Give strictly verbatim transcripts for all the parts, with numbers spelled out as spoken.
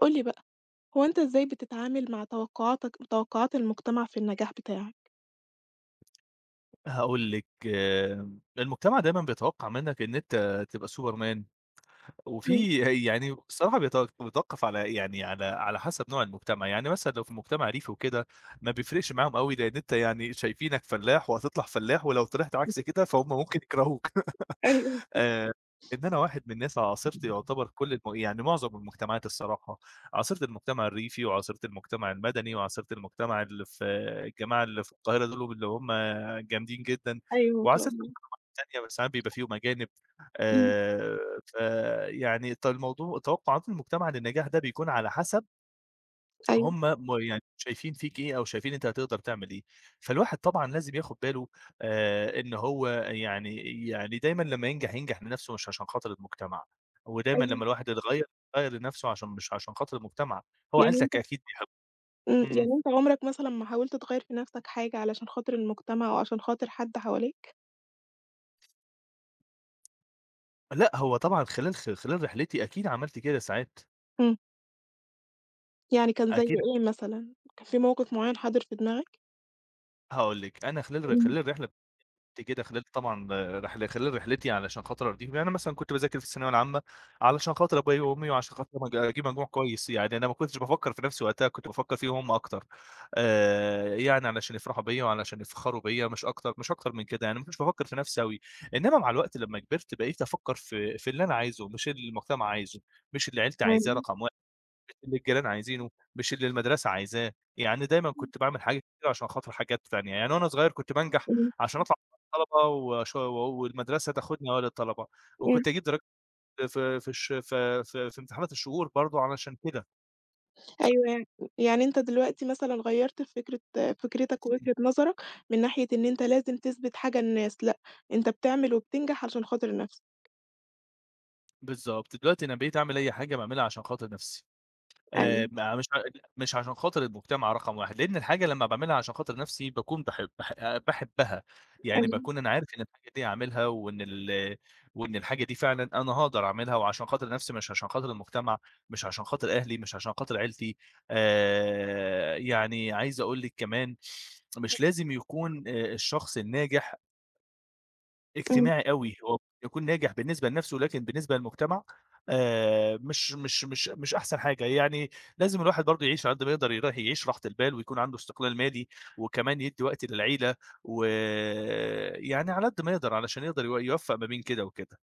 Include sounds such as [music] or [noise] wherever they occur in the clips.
قُل لي بقى، هو أنت إزاي بتتعامل مع توقعاتك توقعات المجتمع في النجاح بتاعك؟ هاقول لِك آمم، المجتمع دايمًا بيتوقّع منّك إن أنت تبقى سوبرمان. إمم، وفي يعني الصراحة بيت بيتوقّف على يعني على على حسب نوع المجتمع. يعني مثلًا لو في مجتمع ريفي وكده ما بيفرقش معاهم أوي، لإن أنت يعني شايفينك فلاح وهتطلع فلاح، ولو طلعت إمم. عكس كده فهُم ممكن يكرهوك. أيوه، آآ، إن أنا واحد من الناس عاصرت يعتبر كل الم يعني معظم المجتمعات الصراحة. عاصرت المجتمع الريفي وعاصرت المجتمع المدني وعاصرت المجتمع اللي في الجماعة اللي في القاهرة دول اللي هم جامدين جدًا، أيوه ما شاء وعاصرت الله. المجتمعات التانية بس ساعات بيبقى فيهم أجانب. إمم. آآ، فيعني ت الموضوع توقعات المجتمع للنجاح ده بيكون على حسب أيوه. هم م يعني شايفين فيك إيه أو شايفين أنت هتقدر تعمل إيه. فالواحد طبعًا لازم ياخد باله آآ إن هو يعني يعني دايمًا لمّا ينجح، ينجح لنفسه مش عشان خاطر المجتمع. ودايمًا لمّا أيوه. الواحد يتغيّر، يغيّر لنفسه عشان مش عشان خاطر المجتمع. هو يعني عيلتك أنت أكيد بيحب. إمم، إمم، يعني أنت عمرك مثلًا ما حاولت تغيّر في نَفْسك حاجة علشان خاطر المجتمع أو عشان خاطر حد حواليك؟ لأ هو طبعًا خلال خ خلال رحلتي أكيد عملت كده ساعات. إمم. يعني كان زي أكيد. إيه مثلًا؟ كان في موقف معيّن حاضر في دماغك؟ هاقول لِك أنا خلال ر إمم، خلال الرحلة كده، خلال طبعًا رحل خلال رحلتي علشان خاطر أرضيهم. يعني أنا مثلًا كنت باذاكر في الثانوية العامة علشان خاطر أبويا وأمي وعشان خاطر أج أجيب مجموع كويس. يعني أنا ما كنتش بافكّر في نفسي وقتها، كنت بافكّر فيهم هم أكتر. آآ، يعني علشان يفرحوا بيّا وعلشان يفخروا بيّا، مش أكتر مش أكتر من كده. يعني ما كنتش بافكّر في نفسي أوي. إنما مع الوقت لمّا كبرت، بقيت أفكّر في في اللي أنا عايزه، مش اللي المجتمع عايزه، مش اللي عيلتي عايزاه، أيوه. رقم اللي الجيران عايزينه، مش اللي المدرسة عايزاه. يعني دايمًا كنت باعمل حاجات كتير عشان خاطر حاجات تانية. يعني وأنا صغير كنت بانجح إمم. عشان أطلع مع الطلبة وش والمدرسة تاخدني أوائل الطلبة، إمم. وكنت أجيب درجات في في الش في في في امتحانات الشهور برضه علشان كده. أيوه، يعني يعني أنت دلوقتي مثلًا غيّرت في فكرة فكرتك ووجهة نظرك من ناحية إن أنت لازم تثبت حاجة للناس، لأ، أنت بتعمل وبتنجح علشان خاطر نَفْسك. بالضبط، دلوقتي أنا بقيت أعمل أي حاجة باعملها عشان خاطر نفسي. آآ أيوه، ما مش ع مش عشان خاطر المجتمع رقم واحد، لإن الحاجة لمّا باعملها عشان خاطر نَفْسي باكون باحب باح باحبها. يعني أيوه، باكون أنا عارف إن الحاجة دي هاعملها وإن ال وإن الحاجة دي فعلًا أنا هاقدر أعملها وعشان خاطر نَفْسي، مش عشان خاطر المجتمع، مش عشان خاطر أهلي، مش عشان خاطر عيلتي. آآ يعني عايز أقول لِك كمان، مش لازم يكون آآ الشخص الناجح إمم، اجتماعي أوي. هو بيكون ناجح بالنسبة لنَفْسه، لكن بالنسبة للمجتمع آآ مش مش مش مش أحسن حاجة. يعني لازم الواحد برضه يعيش على قد ما يقدر، يرا يعيش راحة البال ويكون عنده استقلال مالي، وكمان يدّي وقت للعيلة، ويعني على قد ما يقدر علشان يقدر يو يوفّق ما بين كده وكده.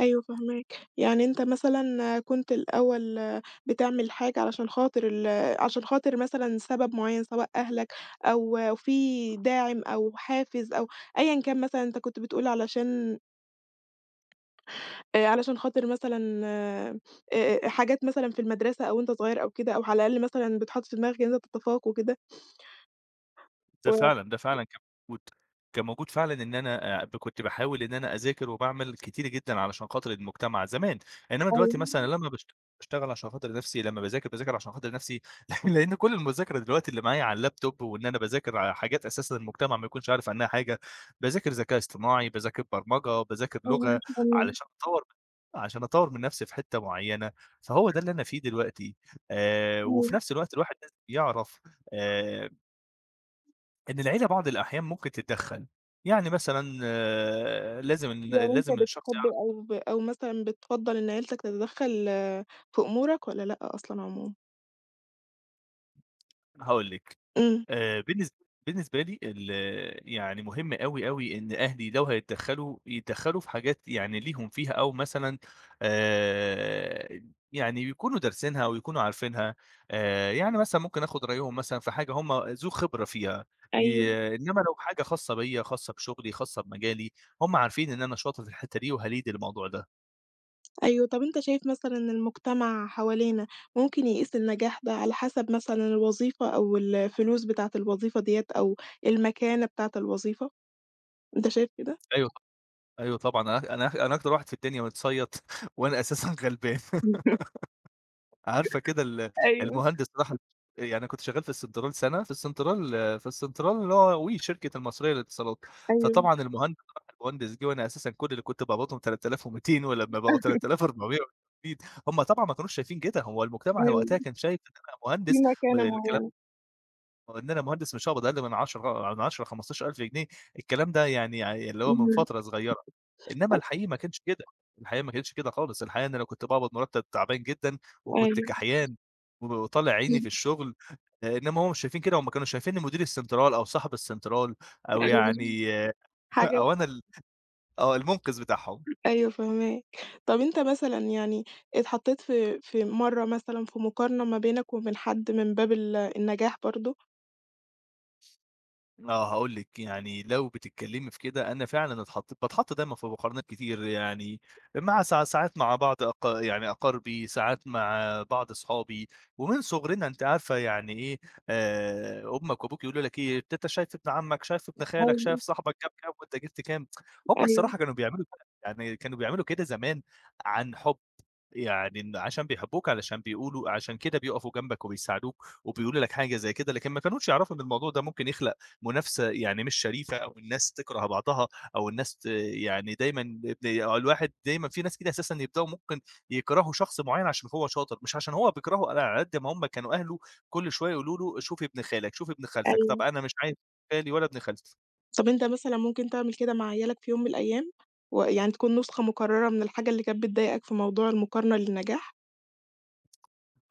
أيوه فاهماك، يعني أنت مثلًا كنت الأول بتعمل حاجة علشان خاطر ال عشان خاطر مثلًا سبب معيّن سواء أهلك أو في داعم أو حافز أو أيًا كان مثلًا أنت كنت بتقول علشان آآ، علشان خاطر مثلًا آآ، آآ، حاجات مثلًا في المدرسة أو وأنت صغير أو كده، أو على الأقل مثلًا بتحُط في دماغك إن أنت تتفوّق وكده. ده و فعلًا، ده فعلًا كان موجود. كان موجود فعلًا إن أنا آآ ب كنت باحاول إن أنا أذاكر وباعمل كتير جدًا علشان خاطر المجتمع زمان. إنّما دلوقتي مثلًا أيوه، لمّا باشت باشتغل عشان خاطر نَفْسي، لمّا باذاكر، باذاكر عشان خاطر نَفْسي. [laughs] لإن كل المذاكرة دلوقتي اللي معايا على اللابتوب وإن أنا باذاكر ع حاجات أساسًا المجتمع ما يكونش عارف عنّها حاجة. باذاكر ذكاء اصطناعي، باذاكر برمجة، باذاكر أيوه، لغة ما شاء الله، علشان أطوّر، عشان أطوّر من نَفْسي في حتّة معيّنة. فهو ده اللي أنا فيه دلوقتي. آآ وفي أيوه. نَفْس الوقت الواحد لازم يعرف آآ إن العيلة بعض الأحيان ممكن تتدخّل. يعني مثلًا آه، لازم ال يعني أنت لازم الشخص بتحب يعرف. أو ب أو مثلًا بتفضّل إن عيلتك تتدخّل آه، في أمورك والّا لأ أصلًا عمومًا؟ هاقول لِك. إمم. آآ بالنسب بالنسبة لي ال، يعني مهم أوي أوي إن أهلي لو هيتدخّلوا، يتدخّلوا في حاجات يعني ليهم فيها، أو مثلًا آآ يعني يكونوا دارسينها أو يكونوا عارفينها. آآ يعني مثلًا ممكن آخُد رأيهم مثلًا في حاجة هم ذو خبرة فيها. أيوه. ي إنّما لو حاجة خاصة بيّا، خاصة بشغلي، خاصة بمجالي، هم عارفين إن أنا شاطر في الحتّة دي وهاليد الموضوع ده. أيوه، طَب أنت شايف مثلًا إن المجتمع حوالينا ممكن يقيس النجاح ده على حسب مثلًا الوظيفة أو الفلوس بتاعة الوظيفة ديّة أو المكانة بتاعة الوظيفة؟ أنت شايف كده؟ أيوه. أيوه طبعًا. أنا أنا أنا أكتر واحد في الدنيا متصيّد [laughs] وأنا أساسًا غلبان. [laughs] [laughs] عارفة كده، ال أيوه. المهندس راح. يعني أنا كنت شغّال في السنترال سَنة، في السنترال، في السنترال اللي هو وي الشركة المصرية للاتصالات. أيوه، فطبعًا المهندس راح المهندس جِه، وأنا أساسًا كل اللي كنت باقبضهم ثلاثة آلاف ومئتين، ولمّا بقوا تلات تلاف وأربعمية وتمانين، هم طبعًا ما كانوش شايفين كده. هو المجتمع أيوه، وقتها كان شايف إن أنا في مهندس. ب مكانة الكلام معيّنة. وإن أنا مهندس مش هاقبض أقل من عشرة، من عشرة، خمستاشر ألف جنيه. الكلام ده يعني ع اللي هو من إمم، فترة صغيرة. إنما الحقيقي ما كانش كده، الحقيقة ما كانتش كده خالص. الحقيقة إن أنا كنت باقبض مرتب تعبان جدًا، وكنت أيوه، كحيان وطالع عيني في الشغل. آآ، إنما هُم مش شايفين كده. هُم كانوا شايفينّي مدير السنترال أو صاحب السنترال أو أيوه. يعني حاجة أو أنا ال آه، المنقذ بتاعهم. أيوه فاهماك. طَب أنت مثلًا يعني اتحطّيت في في مرّة مثلًا في مقارنة ما بينك وبين حد من باب ال النجاح برضه؟ آه، هاقول لِك، يعني لو بتتكلّمي في كده، أنا فعلًا اتحطّيت، باتحط دايمًا في مقارنات كتير يعني، مع ساع ساعات مع بعض أق يعني أقاربي، ساعات مع بعض أصحابي. ومن صغرنا أنتِ عارفة يعني إيه. آآ أمك وأبوك يقولوا لك إيه، "أنت شايف ابن عمك، شايف ابن خالك، شايف أيوه، صاحبك جاب كام وأنت جبت كام؟" هم أيوه، الصراحة كانوا بيعملوا كده. يعني كانوا بيعملوا كده زمان عن حُب. يعني إن عشان بيحبوك، علشان بيقولوا عشان كده بيقفوا جنبك وبيساعدوك وبيقولوا لك حاجة زي كده. لكن ما كانوش يعرفوا إن الموضوع ده ممكن يخلق منافسة يعني مش شريفة، أو الناس تكره بعضها، أو الناس ت يعني دايمًا ب الواحد دايمًا في ناس كده أساسًا يبدؤوا ممكن يكرهوا شخص معيّن عشان هو شاطر، مش عشان هو بيكرهه، على قد ما هم كانوا أهله كل شوية يقولوا له شوف ابن خالك، شوف ابن خالتك. طب أيوه. أنا مش عايز خالي ولا ابن خالتي. طَب أنت مثلًا ممكن تعمل كده مع عيالك في يوم من الأيام؟ ويعني تكون نسخة مكرّرة من الحاجة اللي كانت بتضايقك في موضوع المقارنة للنجاح؟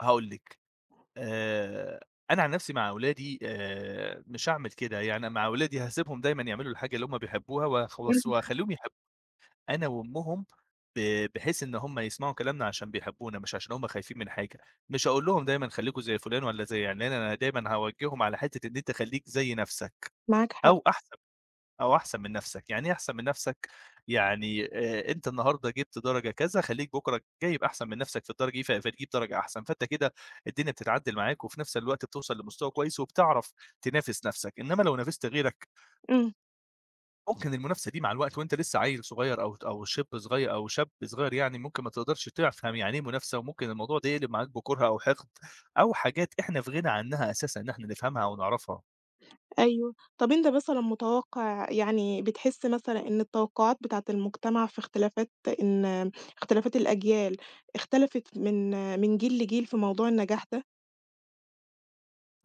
هاقول لِك. آآ، أنا عن نفسي مع أولادي آآ، مش هاعمل كده. يعني مع أولادي هاسيبهم دايمًا يعملوا الحاجة اللي هُم بيحبوها، وهاخوص إمم. وهاخلّيهم يحبوا أنا وأمهم، ب بحيث إن هُم يسمعوا كلامنا عشان بيحبونا، مش عشان هُم خايفين من حاجة. مش هاقول لهم دايمًا خلّيكم زي فلان والّا زي علان. أنا دايمًا هاوجّههم على حتّة إن أنت خلّيك زي نفسك معاك حق، أو أحسن. أو أحسن من نَفْسك. يعني إيه أحسن من نَفْسك؟ يعني آآ أنت النهارده جِبت درجة كذا، خلّيك بُكرة جايب أحسن من نَفْسك في الدرجة دي، ف فتجيب درجة أحسن. فأنت كده الدنيا بتتعدّل معاك، وفي نَفْس الوقت بتوصل لمستوى كويس وبتعرف تنافس نَفْسك. إنّما لو نافست غيرك، إمم، ممكن المنافسة دي مع الوقت وأنت لسّه عيّل صغير، أو أو شِبْ صغير أو شاب صغير، يعني ممكن ما تقدرش تفهم يعني إيه منافسة، وممكن الموضوع ده يقلب معاك بكُره أو حِقد، أو حاجات إحنا في غنى عنّها أساسًا إن إحنا نفهمها ونعرفها. أيوه. طَب أنت مثلًا متوقع يعني بتحس مثلًا إن التوقعات بتاعة المجتمع في اختلافات إن اختلافات الأجيال اختلفت من من جيل لجيل في موضوع النجاح ده؟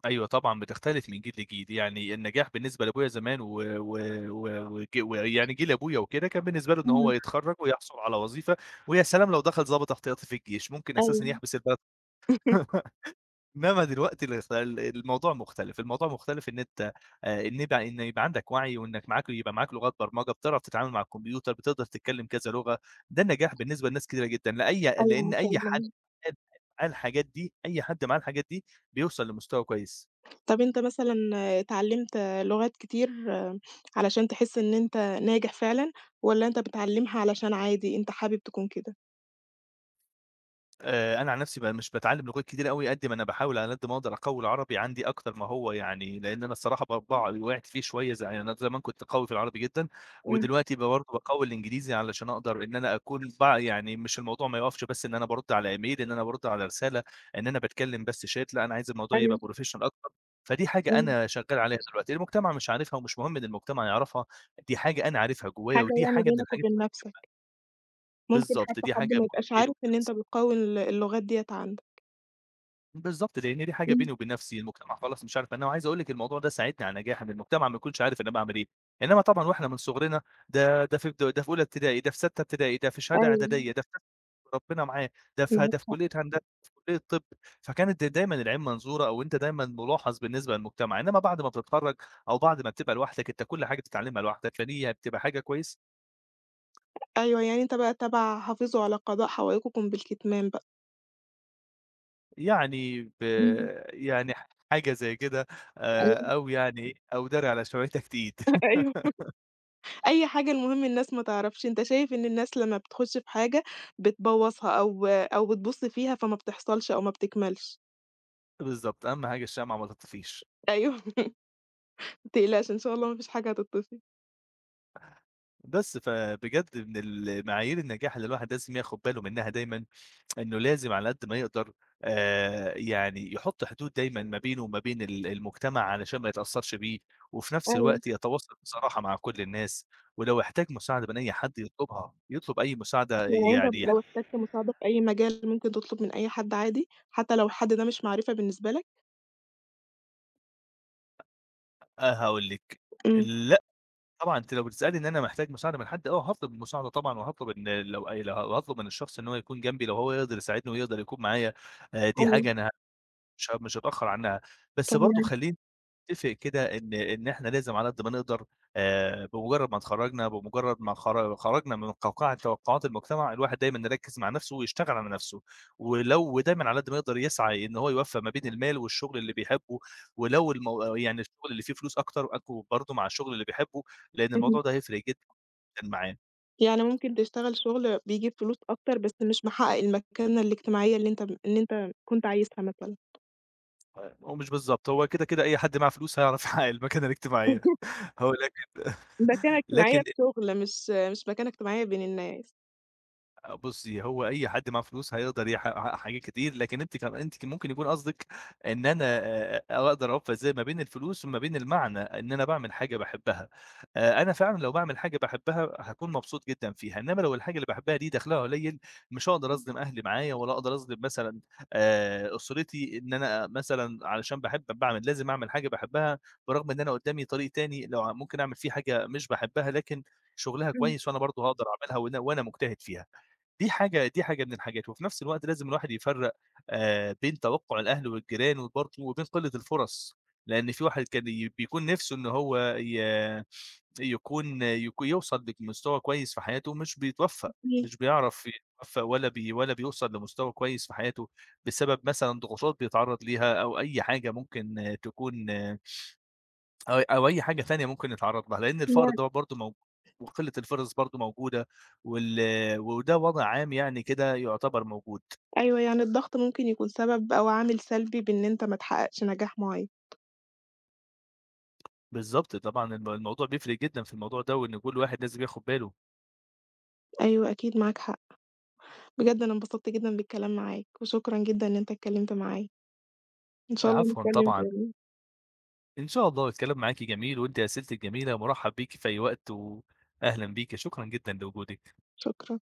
أيوه طبعًا بتختلف من جيل لجيل. يعني النجاح بالنسبة لأبويا زمان ويعني و و و وج ويعني جيل أبويا وكده كان بالنسبة له إن إمم، هو يتخرّج ويحصل على وظيفة، ويا سلام لو دخل ضابط احتياطي في الجيش، ممكن أساسًا أيوه، يحبس البلد. [laughs] [laughs] إنما دلوقتي الاخت ال الموضوع مختلف. الموضوع مختلف إن أنت آآ إن يبقى، إن يبقى عندك وعي، وإنك معاك، يبقى معاك لغات برمجة، بتعرف تتعامل مع الكمبيوتر، بتقدر تتكلم كذا لغة. ده النجاح بالنسبة لناس كتيرة جدًا. لأي أيوه ما لإن شاء أي حد الله. معاه الحاجات دي، أي حد معاه الحاجات دي بيوصل لمستوى كويس. طَب أنت مثلًا اتعلّمت لغات كتير علشان تحس إن أنت ناجح فعلًا، والّا أنت بتتعلّمها علشان عادي أنت حابب تكون كده؟ آآ، أنا عن نفسي بقى مش باتعلّم لغات كتيرة أوي، قد ما أنا باحاول على قد ما أقدر أقوي العربي عندي أكتر ما هو. يعني لإن أنا الصراحة ب باع وقعت فيه شوية. زي يعني أنا زمان كنت قوي في العربي جدًا، إمم، ودلوقتي ب برضه باقوي الإنجليزي علشان أقدر إن أنا أكون بع يعني مش الموضوع ما يقفش بس إن أنا بارُد على إيميل، إن أنا بارُد على رسالة، إن أنا باتكلم بس chat، لأ، أنا عايز الموضوع يبقى أيوه، professional أكتر. فدي حاجة إمم، أنا شغّال عليها دلوقتي. المجتمع مش عارفها ومش مهم إن المجتمع يعرفها. دي حاجة أنا عارفها جوايا، حاجة ودي يعني حاجة من بينك الحاجات. وبين نَفْسك، ممكن بالضبط، حتى دي حد حاجة ما يبقاش عارف مفيدة. إن أنت بتقوّي ال اللغات ديّة عندك. بالضبط، لإن دي حاجة إمم، بيني وبين نَفْسي. المجتمع خلاص مش عارف. أنا وعايز أقول لِك الموضوع ده ساعدني على النجاح، إن المجتمع ما يكونش عارف أنا باعمل إيه. إنّما طبعًا وإحنا من صغرنا ده ده في ده في أولى ابتدائي، ده في سَتّة ابتدائي، ده في شهادة أيوه، إعدادية، ده في ربنا معاه، ده في معاك ده في حق. كلية هندسة، في كلية طِب. فكانت دا- دايمًا العين منظورة، أو أنت دايمًا مُلاحظ بالنسبة للمجتمع. إنّما بعد ما بتتخرّج أو بعد ما بتبقى لوحدك، أنت كل حاجة بتتعلمها لوحدك، فدي بتبقى حاجة كويس. أيوه، يعني أنت بقى تبع حافظوا على قضاء حوائجكم بالكتمان بقى. يعني ب إمم، يعني حاجة زي كده. أيوه. آآ أو يعني إيه، أو داري على شويتك تقيل. [laughs] أيوه. أي حاجة المهم الناس ما تعرفش، أنت شايف إن الناس لمّا بتخش في حاجة بتبوّظها أو أو بتبُص فيها فما بتحصلش أو ما بتكملش. بالضبط، أهم حاجة الشمعة ما تطفيش. أيوه [laughs] ما تقلقش إن شاء الله ما فيش حاجة هتتطفي. بس، فبجد من المعايير النجاح اللي الواحد لازم ياخد باله منها دايمًا، إنه لازم على قد ما يقدر آآ يعني يحط حدود دايمًا ما بينه وما بين ال المجتمع علشان ما يتأثّرش بيه، وفي نفس أيوه، الوقت يتواصل بصراحة مع كل الناس، ولو احتاج مساعدة من أي حد يطلبها، يطلب أي مساعدة يعني أنت يعني لو يحققها. احتجت مساعدة في أي مجال ممكن تطلب من أي حد عادي، حتى لو الحد ده مش معرفة بالنسبة لك؟ أقول لِك. إمم، طبعًا أنتِ لو بتسألي إن أنا محتاج مساعدة من حد، آه هاطلب المساعدة طبعًا، وهاطلب إن لو أي لو هاطلب من الشخص إن هو يكون جنبي، لو هو يقدر يساعدني ويقدر يكون معايا. آآ دي حاجة أيوه أنا مش ه مش هاتأخر عنها. بس برضه فاهماك، خلّيني نتفق كده إن إن إحنا لازم على قد ما نقدر، آآ، بمجرد ما اتخرجنا، بمجرد ما خر خرجنا من قوقعة توقعات المجتمع، الواحد دايمًا يركز مع نفسه ويشتغل على نفسه. ولو ودايمًا على قد ما يقدر يسعى إن هو يوفّق ما بين المال والشغل اللي بيحبه. ولو المو يعني الشغل اللي فيه فلوس أكتر أكو برضه مع الشغل اللي بيحبه، لأن اهم. الموضوع ده [laughs] هيفرق جدًا معاه. يعني ممكن تشتغل شغل بيجيب فلوس أكتر بس مش محقق المكانة الاجتماعية اللي أنت اللي أنت كنت عايزها مثلًا. هو مش بالضبط، هو كده كده أي حد معاه فلوس هيعرف [laughs] يحقق المكانة الاجتماعية. [laughs] [laughs] هو لكن. مكانة [laughs] اجتماعية لكن في شغل مش مش مكانة اجتماعية بين الناس. آه، بُصّي، هو أي حد معاه فلوس هيقدر يحقق، يحقق حاجات كتير. لكن أنتِ كان أنتِ كان ممكن يكون قصدِك إن أنا آآ أقدر أوفّق إزاي ما بين الفلوس وما بين المعنى، إن أنا باعمل حاجة باحبها. آآ أنا فعلًا لو باعمل حاجة باحبها هاكون مبسوط جدًا فيها. إنّما لو الحاجة اللي باحبها دي دخلها قليل، مش هاقدر أظلم أهلي معايا، ولا أقدر أظلم مثلًا آآ أسرتي، إن أنا مثلًا علشان باحب باعمل لازم أعمل حاجة باحبها، برغم إن أنا قدّامي طريق تاني لو ع ممكن أعمل فيه حاجة مش باحبها، لكن شُغلها إمم، كويس وأنا برضه هاقدر أعملها، وأنا وأنا مجتهد فيها. دي حاجة دي حاجة من الحاجات. وفي نفس الوقت لازم الواحد يفرّق آآ بين توقُّع الأهل والجيران، وبرضه وبين قِلّة الفُرَص. لإن في واحد كان ي بيكون نِفْسه إن هو ي يكون يك يوصل لمستوى كويس في حياته، مش بيتوفّق، إمم، مش بيعرف يتوفّق، ولا بي ولا بيوصل لمستوى كويس في حياته بسبب مثلًا ضغوطات بيتعرّض ليها، أو أي حاجة ممكن آه، تكون، أو أو أي حاجة تانية ممكن نتعرّض لها. لإن الفقر يعني ده برضه موج وقلة الفرص برضه موجودة، وال وده وضع عام يعني كده يعتبر موجود. أيوه، يعني الضغط ممكن يكون سبب أو عامل سلبي بإن أنت ما تحققش نجاح معيّن، بالضبط طبعًا. الم الموضوع بيفرق جدًا في الموضوع ده، وإن كل واحد لازم ياخد باله. أيوه أكيد معاك حق، بجد أنا انبسطت جدًا بالكلام معاك، وشكرًا جدًا إن أنت اتكلمت معايا، إن شاء الله عفوًا نتكلم طبعًا. تاني، إن شاء الله الكلام معاكِ جميل، وأنتِ أسئلتِك جميلة. مُرحّب بيكِ في أي وقت، وأهلًا بيكِ. شكرًا جدًا لوجودِك. شكرًا.